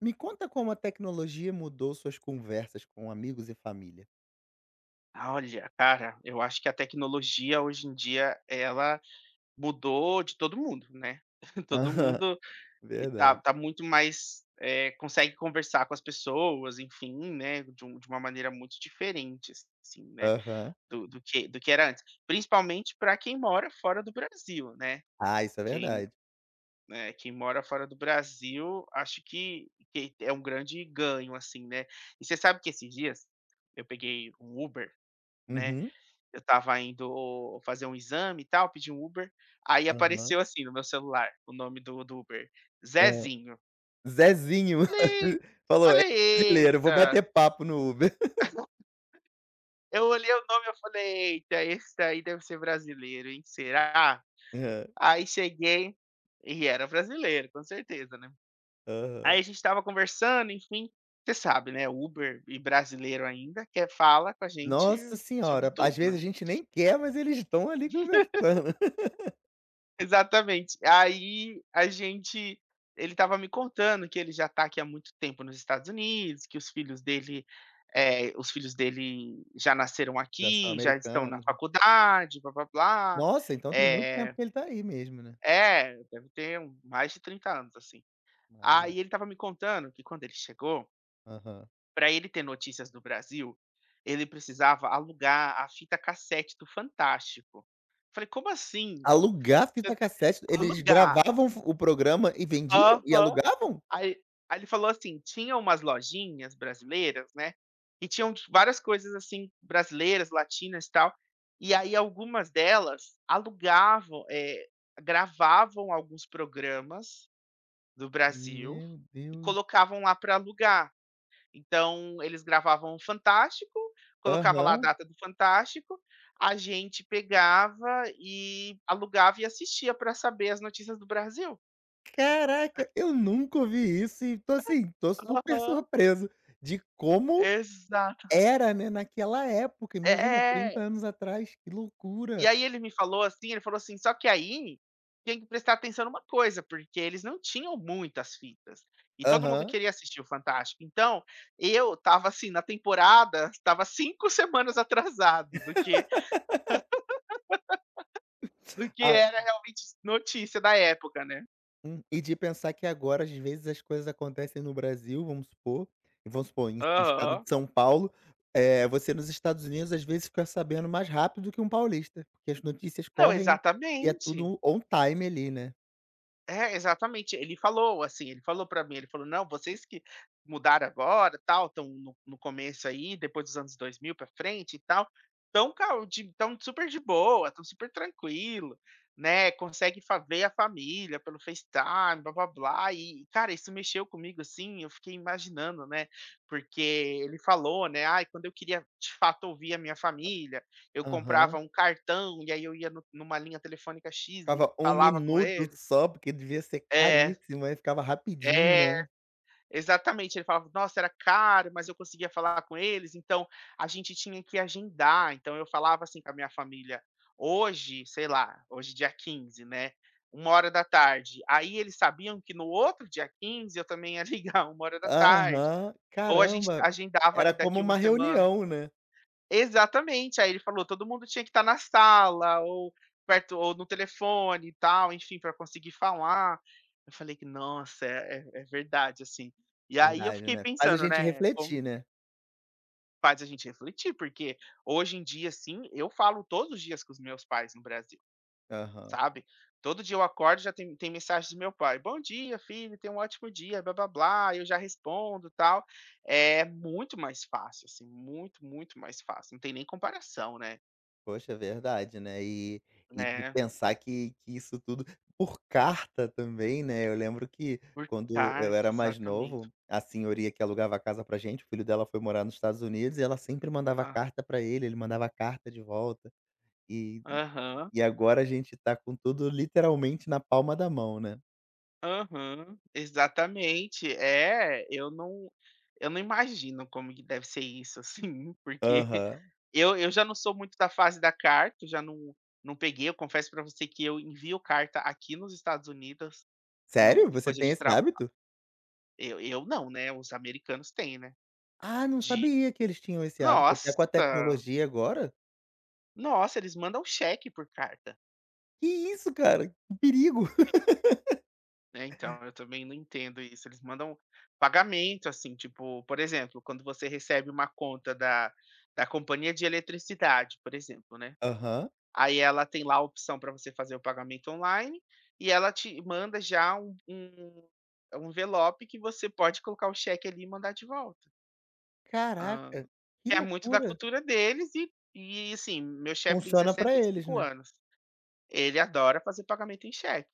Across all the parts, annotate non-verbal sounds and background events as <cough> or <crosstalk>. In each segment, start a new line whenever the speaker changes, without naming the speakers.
Me conta como a tecnologia mudou suas conversas com amigos e família.
Olha, cara, eu acho que a tecnologia hoje em dia ela mudou de todo mundo, né. <laughs> Todo
Aham,
mundo
<laughs>
e tá
verdade.
tá muito mais, consegue conversar com as pessoas, enfim, né, de uma maneira muito diferente, assim, né,
Aham.
do que era antes. Principalmente para quem mora fora do Brasil, né.
Ah, isso é
Quem,
verdade.
quem mora fora do Brasil, acho que é um grande ganho, assim, né. E você sabe que esses dias eu peguei um Uber, né,
Uhum.
eu estava indo fazer um exame e tal, pedi um Uber, aí apareceu
Aham.
assim no meu celular o nome do Uber,
Hã.
Zezinho.
Zezinho
Falei
<laughs> falou: "É
falei:
brasileiro, vou
"Eita".
bater papo no Uber".
Eu olhei o nome, eu falei: "Eita, esse daí deve ser brasileiro, hein, será?".
<laughs> Hã.
Aí cheguei e era brasileiro, com certeza, né.
Aham.
Aí a gente estava conversando, enfim, você sabe, né, Uber e brasileiro ainda quer fala com a gente
Nossa
sobre
senhora,
tudo,
às vezes
né.
a gente nem quer, mas eles estão ali
<laughs>
conversando. <laughs>
Exatamente. Aí a gente ele estava me contando que ele já está aqui há muito tempo nos Estados Unidos, que os filhos dele já nasceram
Já são
aqui, já estão na
americanos.
faculdade, blá-blá-blá.
Nossa, então tem muito tempo
Eh
que ele tá aí mesmo, né?
é, deve ter mais de 30 anos, assim.
Ah, legal.
Aí ele estava me contando que quando ele chegou,
Aham.
para ele ter notícias do Brasil, ele precisava alugar a fita cassete do Fantástico. Falei: "Como assim?
Alugar fita
Você
cassete? Eles
alugar?"
gravavam o programa e vendiam? E
Aham.
alugavam?
Aí aí ele falou assim: "Tinha umas lojinhas brasileiras, né, e tinham várias coisas, assim, brasileiras, latinas e tal, e aí algumas delas alugavam, gravavam alguns programas do Brasil
Meu
e
Deus.
colocavam lá para alugar. Então eles gravavam o Fantástico, colocava lá a
Aham.
data do Fantástico, a gente pegava e alugava e assistia para saber as notícias do Brasil".
Caraca, eu nunca ouvi isso e tô super
Aham,
surpreso de como
exato.
era, né, naquela época. Imagina,
É.
30
é,
anos atrás, que
E
loucura.
aí ele me falou assim, ele falou assim: "Só que aí, tem que prestar atenção numa coisa, porque eles não tinham muitas fitas, e todo mundo
Aham.
queria assistir o Fantástico". Então, eu estava assim na temporada, estava 5 <laughs> semanas atrasado do que
A
era realmente notícia da época, né.
E de pensar que agora, às vezes, as coisas acontecem no Brasil, vamos supor, no estado
Aham.
de São Paulo, você nos Estados Unidos, às vezes, fica sabendo mais rápido do que um paulista, porque as notícias
Não,
correm e é
exatamente.
tudo on time ali, né.
É, exatamente. Ele falou assim, ele falou pra mim, ele falou: "Não, vocês que mudaram agora, tal, estão no começo aí, depois dos anos 2000 pra frente e tal, estão cal de estão super de boa, estão super tranquilo, né, consegue fa ver a família pelo FaceTime, blá-blá-blá", e, cara, isso mexeu comigo, assim, eu fiquei imaginando, né, porque ele falou, né: "Ai, quando eu queria de fato ouvir a minha família, eu comprava
Aham.
um cartão e aí eu ia no numa linha telefônica X e
Ficava um
falava com
minuto
ele".
só, porque devia ser
É.
caríssimo, aí ficava rapidinho,
É,
né.
exatamente. Ele falava: "Nossa, era caro, mas eu conseguia falar com eles, então a gente tinha que agendar". Então eu falava assim com a minha família: "Hoje, sei lá, hoje dia 15, né, 1 hora da tarde. Aí eles sabiam que no outro dia 15 eu também ia ligar <laughs> 1 hora da tarde
Aham.
ou a gente
Caramba,
agendava
era
ali
como
daqui uma
uma
semana".
reunião, né.
Exatamente, aí ele falou: "Todo mundo tinha que estar na sala ou perto ou no telefone e tal, enfim, para conseguir falar". Eu falei que: "Nossa, é verdade, assim". E aí eu
Verdade,
fiquei
né. Faz a
pensando,
gente
né, como
refletir, né.
faz a gente refletir, porque hoje em dia, assim, eu falo todos os dias com os meus pais no Brasil,
Aham.
sabe. Todo dia eu acordo já tem mensagem do meu pai: "Bom dia filho, tenha um ótimo dia, blá-blá-blá", eu já respondo, tal. É muito mais fácil, assim, muito, muito mais fácil, não tem nem comparação, né.
Poxa, é verdade, né. E de
Né,
pensar que isso tudo por carta também, né. Eu lembro que
por
quando eu
carta,
era mais
exatamente.
novo, a senhoria que alugava a casa pra gente, o filho dela foi morar nos Estados Unidos e ela sempre mandava
Ah,
carta pra ele, ele mandava carta de volta. E
aham,
e agora a gente tá com tudo literalmente na palma da mão, né.
aham, exatamente. É, eu não imagino como que deve ser isso, assim, <laughs> porque
Aham.
eu já não sou muito da fase da carta, eu já não peguei, eu confesso para você que eu envio carta aqui nos Estados Unidos,
Sério?
no em
Você
coisa
tem
de
esse
trabalho
hábito?
eu não, né, os americanos têm, né,
Ah, não
de
sabia que eles tinham esse hábito, até
nossa,
com a tecnologia agora.
nossa, eles mandam cheque por carta.
Que isso, cara, que perigo. <laughs>
É, então, eu também não entendo isso. Eles mandam pagamento, assim, tipo, por exemplo, quando você recebe uma conta da companhia de eletricidade, por exemplo, né?
Aham.
Aí ela tem lá a opção para você fazer o pagamento online e ela te manda já um envelope que você pode colocar o cheque ali e mandar de volta. Ah,
Caraca, que
é muito da
loucura.
cultura deles e assim, meu chefe tem
Funciona pra
sessenta e
eles,
cinco
né.
anos. Ele adora fazer pagamento em cheque.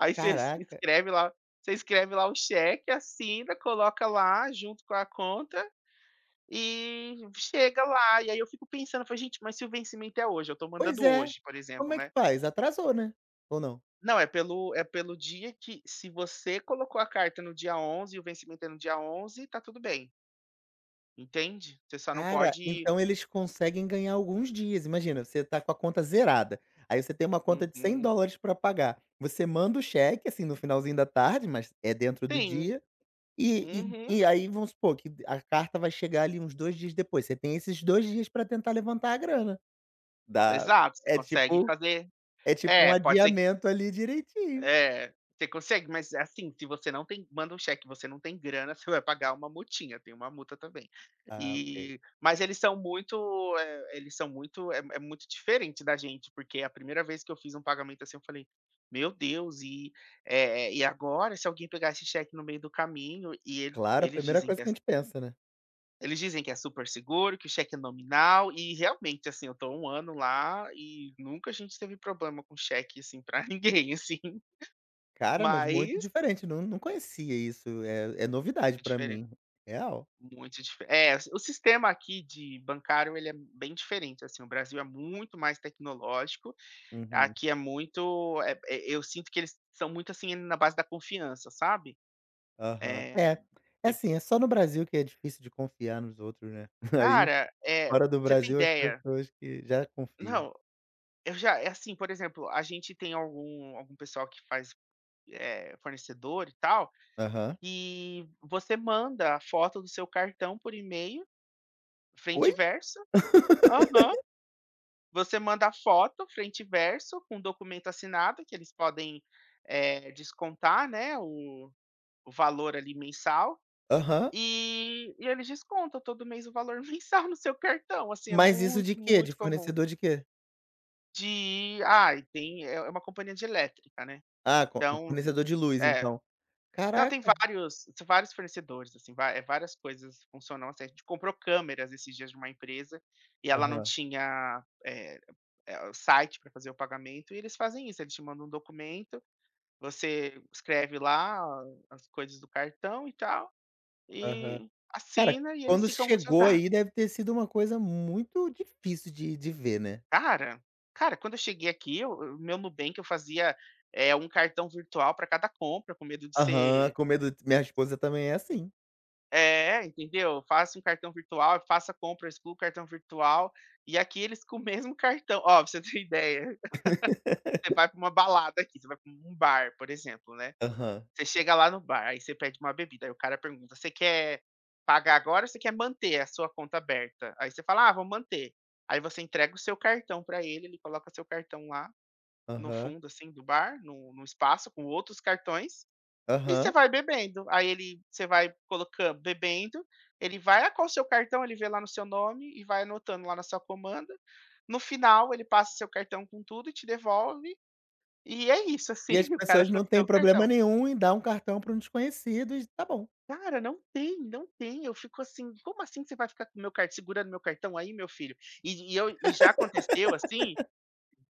Aí você es
Caraca.
escreve lá você escreve lá o cheque, assina, coloca lá junto com a conta e chega lá. E aí eu fico pensando, falei: "Gente, mas se o vencimento é hoje, eu estou
Pois
mandando
é.
hoje, por
Como
exemplo,
é que
né".
faz? Atrasou, né, ou não?
Não, é pelo dia, que se você colocou a carta no dia 11 e o vencimento é no dia 11, tá tudo bem, entende? Você só não
Cara,
pode.
então eles conseguem ganhar alguns dias. Imagina, você tá com a conta zerada, aí você tem uma conta de cem
Uhum,
dólares pra pagar. Você manda o cheque, assim, no finalzinho da tarde, mas é dentro do
sim,
dia, e e
uhum,
e aí vamos supor que a carta vai chegar ali uns 2 dias depois. Você tem esses 2 dias pra tentar levantar a grana. Dá
exato. Você
é
consegue
tipo
fazer.
é tipo um
É, pode ser.
adiamento ali direitinho.
É, você consegue, mas assim, se você não tem manda um cheque, você não tem grana, <laughs> você vai pagar uma multinha, tem uma multa também.
Ah, ok.
E mas eles são muito, é muito diferente da gente, porque a primeira vez que eu fiz um pagamento assim, eu falei: "Meu Deus, e agora se alguém pegar esse cheque no meio do caminho?"
Claro, a primeira coisa que a gente pensa, né.
Eles dizem que é super seguro, que o cheque é nominal e realmente, assim, eu tô um ano lá e nunca a gente teve problema com cheque, assim, pra <laughs> ninguém, assim,
Cara, mas muito
mas
diferente, não conhecia isso, é novidade
é
pra
diferente,
mim. Real.
muito dife é, assim, o sistema aqui de bancário ele é bem diferente, assim, o Brasil é muito mais tecnológico,
Uhum.
aqui é muito, eu sinto que eles são muito, assim, na base da confiança, sabe.
Aham. É,
Eh,
é
tipo,
assim, é só no Brasil que é difícil de confiar nos outros, né. <laughs> Aí,
cara,
fora do
você tem
Brasil, as
ideia,
pessoas que já confiam.
não, eu já é assim, por exemplo, a gente tem algum pessoal que faz, fornecedor e tal,
Aham.
e você manda a foto do seu cartão por e-mail, frente
Oi?
e verso. Aham. Você manda a foto, frente e verso, com o documento assinado, que eles podem, descontar, né, o valor ali mensal,
Aham.
e eles descontam todo mês o valor <laughs> mensal no seu cartão, assim, é
Mas isso de
muito,
quê? De
muito comum.
fornecedor de quê?
De ai, tem uma companhia de elétrica, né,
Ah, co é
então
fornecedor de luz,
é.
então.
Não, tem
Caraca.
vários fornecedores, assim, várias coisas funcionam assim. A gente comprou câmeras esses dias de uma empresa, e ela não
Aham,
tinha, o site para fazer o pagamento, e eles fazem isso, eles te mandam um documento, você escreve lá as coisas do cartão e tal,
aham.
e
Cara,
assina e eles
quando
ficam com seus
chegou
dados.
aí, deve ter sido uma coisa muito difícil de ver, né.
<laughs> Cara cara, quando eu cheguei aqui, eu o meu Nubank eu fazia, é um cartão virtual para cada compra, com medo de
Aham,
ser.
com medo de minha esposa também é assim.
É, entendeu? Faça um cartão virtual, faça compra, exclua o cartão virtual, e aqui eles com o mesmo cartão, ó, pra você ter <laughs> ideia, você vai pra uma balada aqui, você vai pra um bar, por exemplo, né,
Aham,
você chega lá no bar, aí você pede uma bebida, aí o cara pergunta: "Você quer pagar agora ou você quer manter a sua conta aberta?" Aí você fala: "Ah, vou manter." Aí você entrega o seu cartão pra ele, ele coloca seu cartão lá no
aham,
fundo, assim, do bar, no espaço com outros cartões, e você
aham.
vai bebendo, aí ele, você vai colocando, bebendo, ele vai, ah, qual o seu cartão, ele vê lá no seu nome e vai anotando lá na sua comanda. No final, ele passa seu cartão com tudo e te devolve, e é isso,
E
assim,
as
<laughs> o cara
pessoas
fica
não
com o
têm
seu
problema
cartão.
nenhum em dar um cartão para um desconhecido e tá bom.
Cara, não tem, não tem, eu fico assim: "Como assim você vai ficar com o meu car segurando meu cartão aí, meu filho?" E já aconteceu, assim,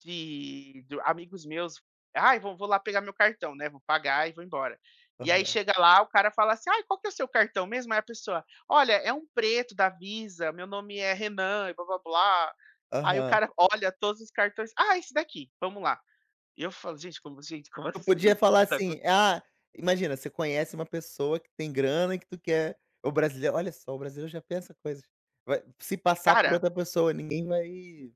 de do amigos meus, "Ai, vou lá pegar meu cartão, né, vou pagar e vou embora". E aí
Aham,
chega lá, o cara fala assim: "Ai, qual que é o seu cartão mesmo?" Aí a pessoa: "Olha, é um preto da Visa, meu nome é Renan e blá-blá-blá". Aí o
aham.
cara olha todos os cartões: "Ah, esse daqui, vamos lá". E eu falo: "Gente, como
Tu podia
assim?"
falar
<laughs> Tá co-
assim: "Ah", imagina, você conhece uma pessoa que tem grana e que tu quer, o brasileiro olha só, o brasileiro já pensa coisas. Vai se passar por
Cara
outra pessoa, ninguém vai.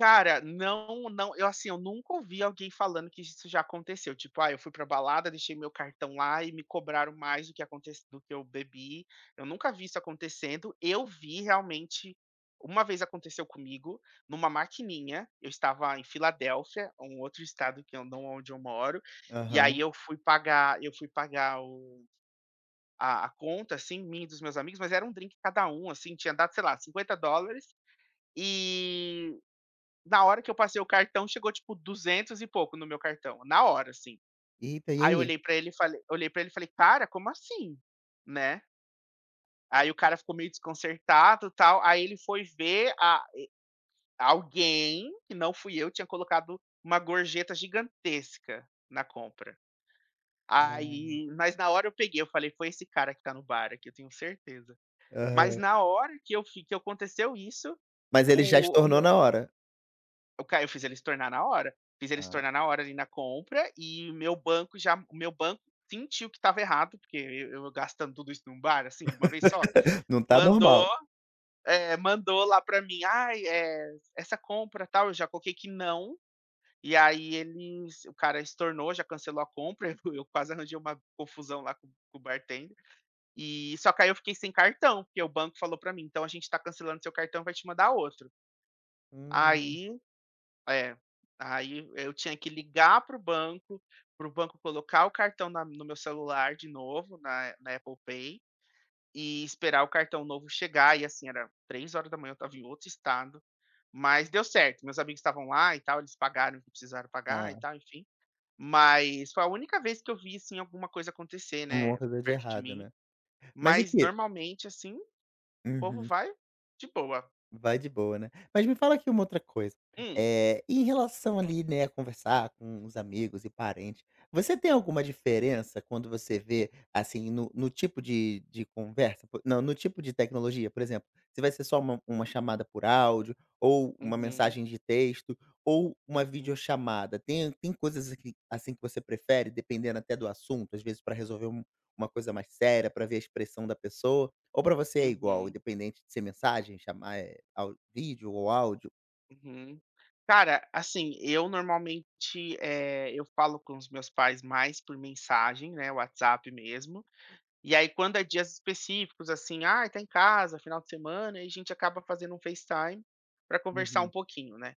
Cara, não, não, eu assim, eu nunca ouvi alguém falando que isso já aconteceu, tipo: "Ah, eu fui pra balada, deixei meu cartão lá e me cobraram mais do que aconte do que eu bebi". Eu nunca vi isso acontecendo. Eu vi realmente uma vez aconteceu comigo, numa maquininha. Eu estava em Filadélfia, um outro estado que eu não onde eu moro, e aí
Aham.
eu fui pagar o a conta, assim, minha e dos meus amigos, mas era um drink cada um. Assim, tinha dado, sei lá, $50, e na hora que eu passei o cartão, chegou tipo 200 e pouco no meu cartão, na hora, assim.
"Eita, e
Aí eu
aí?"
olhei para ele e falei: "Cara, como assim?", né. Aí o cara ficou meio desconcertado, tal, aí ele foi ver a alguém, que não fui eu, tinha colocado uma gorjeta gigantesca na compra. Aí, mas na hora eu peguei, eu falei: "Foi esse cara que tá no bar aqui, eu tenho certeza". Mas
Aham.
na hora que eu fi que aconteceu isso,
Mas ele já
o o
estornou
meu
na hora.
O ca eu fiz ele se tornar na hora. Fiz ele se
Ah,
tornar na hora ali na compra, e o meu banco sentiu que estava errado, porque eu gastando tudo isso num bar, assim, de uma vez só,
não tá
mandou,
normal.
mandou lá para mim: "Ai, eh, essa compra, tal", eu já coloquei que não, e aí eles o cara estornou, já cancelou a compra. <laughs> Eu quase arranjei uma confusão lá com o bartender, e só que aí eu fiquei sem cartão, porque o banco falou para mim: "Então a gente tá cancelando seu cartão, vai te mandar outro".
Hum,
Aí é, aí eu tinha que ligar para o banco colocar o cartão na no meu celular de novo, na Apple Pay, e esperar o cartão novo chegar. E assim, era 3 horas da manhã, eu estava em outro estado, mas deu certo, meus amigos estavam lá e tal, eles pagaram o que precisaram pagar e
tá.
tal, enfim. Mas foi a única vez que eu vi, assim, alguma coisa acontecer,
Uma
né,
coisa de
perto de
errado,
mim,
né. Mas
mas
aqui.
normalmente, assim, o povo
Uhum.
vai de boa.
Vai de boa, né. Mas me fala aqui uma outra coisa.
Hum,
É, em relação ali, né, a conversar com os amigos e parentes, você tem alguma diferença quando você vê, assim, no tipo de conversa, po não, no tipo de tecnologia, por exemplo, se vai ser só uma chamada por áudio ou uma
uhum,
mensagem de texto ou uma
uhum,
videochamada, tem coisas que assim que você prefere dependendo até do assunto, às vezes para resolver uma coisa mais séria, para ver a expressão da pessoa, ou pra você é igual,
uhum.
independente de ser mensagem, chamar eh, au vídeo ou áudio?
Uhum. Cara, assim, eu normalmente, eu falo com os meus pais mais por mensagem, né, WhatsApp mesmo. E aí quando é dias específicos, assim, ah, tá em casa, final de semana", aí a gente acaba fazendo um FaceTime para conversar um
Uhum,
pouquinho, né,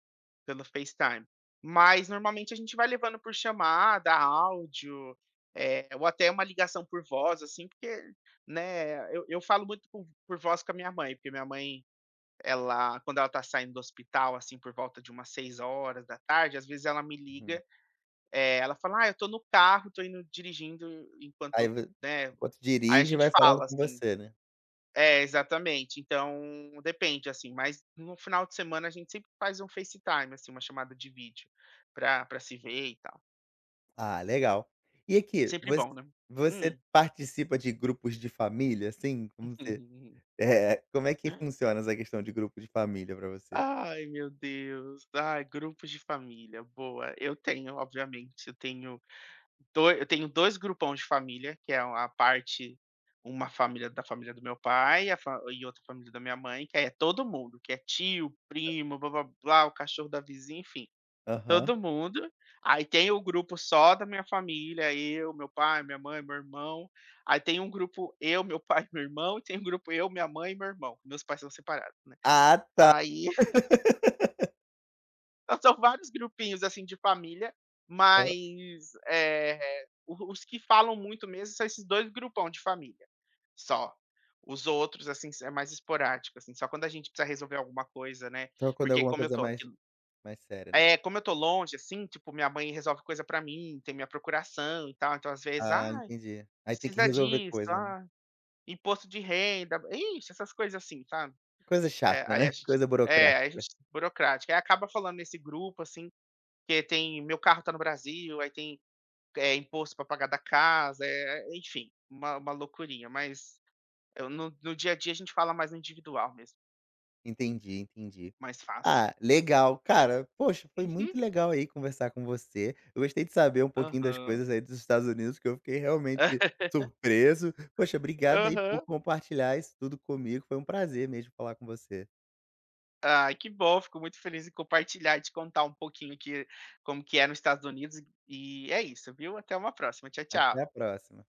pelo FaceTime. Mas normalmente a gente vai levando por chamada, áudio, ou até uma ligação por voz, assim, porque, né, eu falo muito por voz com a minha mãe, porque minha mãe ela, quando ela tá saindo do hospital, assim, por volta de umas 6 horas da tarde, às vezes ela me
uhum.
liga, ela fala: "Ah, eu tô no carro, tô indo dirigindo
Aí
enquanto",
vo
né.
Enquanto
Aí a
dirige,
gente
vai falando
fala,
com
assim,
você, né.
é, exatamente. Então, depende, assim, mas no final de semana a gente sempre faz um FaceTime, assim, uma chamada de vídeo pra se ver e tal.
Ah, legal. E aqui,
Sempre
você
bom, né.
você
Hum.
participa de grupos de família, assim?
<laughs>
Como é que funciona essa questão de grupo de família pra você?
Ai, meu Deus. Ai, grupos de família, boa. Eu tenho, obviamente, eu tenho Doi eu tenho 2 grupões de família, que é a parte uma família da família do meu pai, a fa e outra família da minha mãe, que aí é todo mundo, que é tio, primo, blá-blá-blá, o cachorro da vizinha, enfim,
Aham.
todo mundo. Aí tem o grupo só da minha família: eu, meu pai, minha mãe, meu irmão. Aí tem um grupo eu, meu pai, <laughs> meu irmão, e tem um grupo eu, minha mãe e meu irmão. Meus pais são separados, né.
Ah, tá.
Aí
<laughs>
<laughs> então, são vários grupinhos, assim, de família,
Hã,
mas, o os que falam muito mesmo são esses 2 grupão de família, só. Os outros, assim, é mais esporádico, assim, só quando a gente precisa resolver alguma coisa, né,
então quando é
porque
alguma
como eu
coisa
tô aqui
mais séria, né.
é, como eu tô longe, assim, tipo, minha mãe resolve coisa pra mim, tem minha procuração e tal, então às vezes:
Ah,
"Ai,
entendi. Aí tem que
precisa
resolver
disso,
coisa, né.
ah, imposto de renda", ixi, essas coisas assim, sabe.
Coisa
É,
chata,
aí a
né, <laughs>
gente
coisa
é, aí a
burocrática.
gente burocrática, aí acaba falando nesse grupo, assim, porque tem meu carro tá no Brasil, aí tem, imposto para pagar da casa, é, enfim, uma loucurinha, mas eu no dia a dia a gente fala mais no individual mesmo,
Entendi, entendi.
mais fácil.
Ah, legal. Cara, poxa, foi
Uhum.
muito legal aí conversar com você. Eu gostei de saber um pouquinho das
Aham.
coisas aí dos Estados Unidos, que eu fiquei realmente
<laughs>
surpreso. Poxa, obrigado aí por
Aham.
compartilhar isso tudo comigo. Foi um prazer mesmo falar com você.
Ai, que bom, fico muito feliz em compartilhar e te contar um pouquinho que como que é nos Estados Unidos, e é isso, viu. Até uma próxima, tchau,
Até a
tchau.
próxima.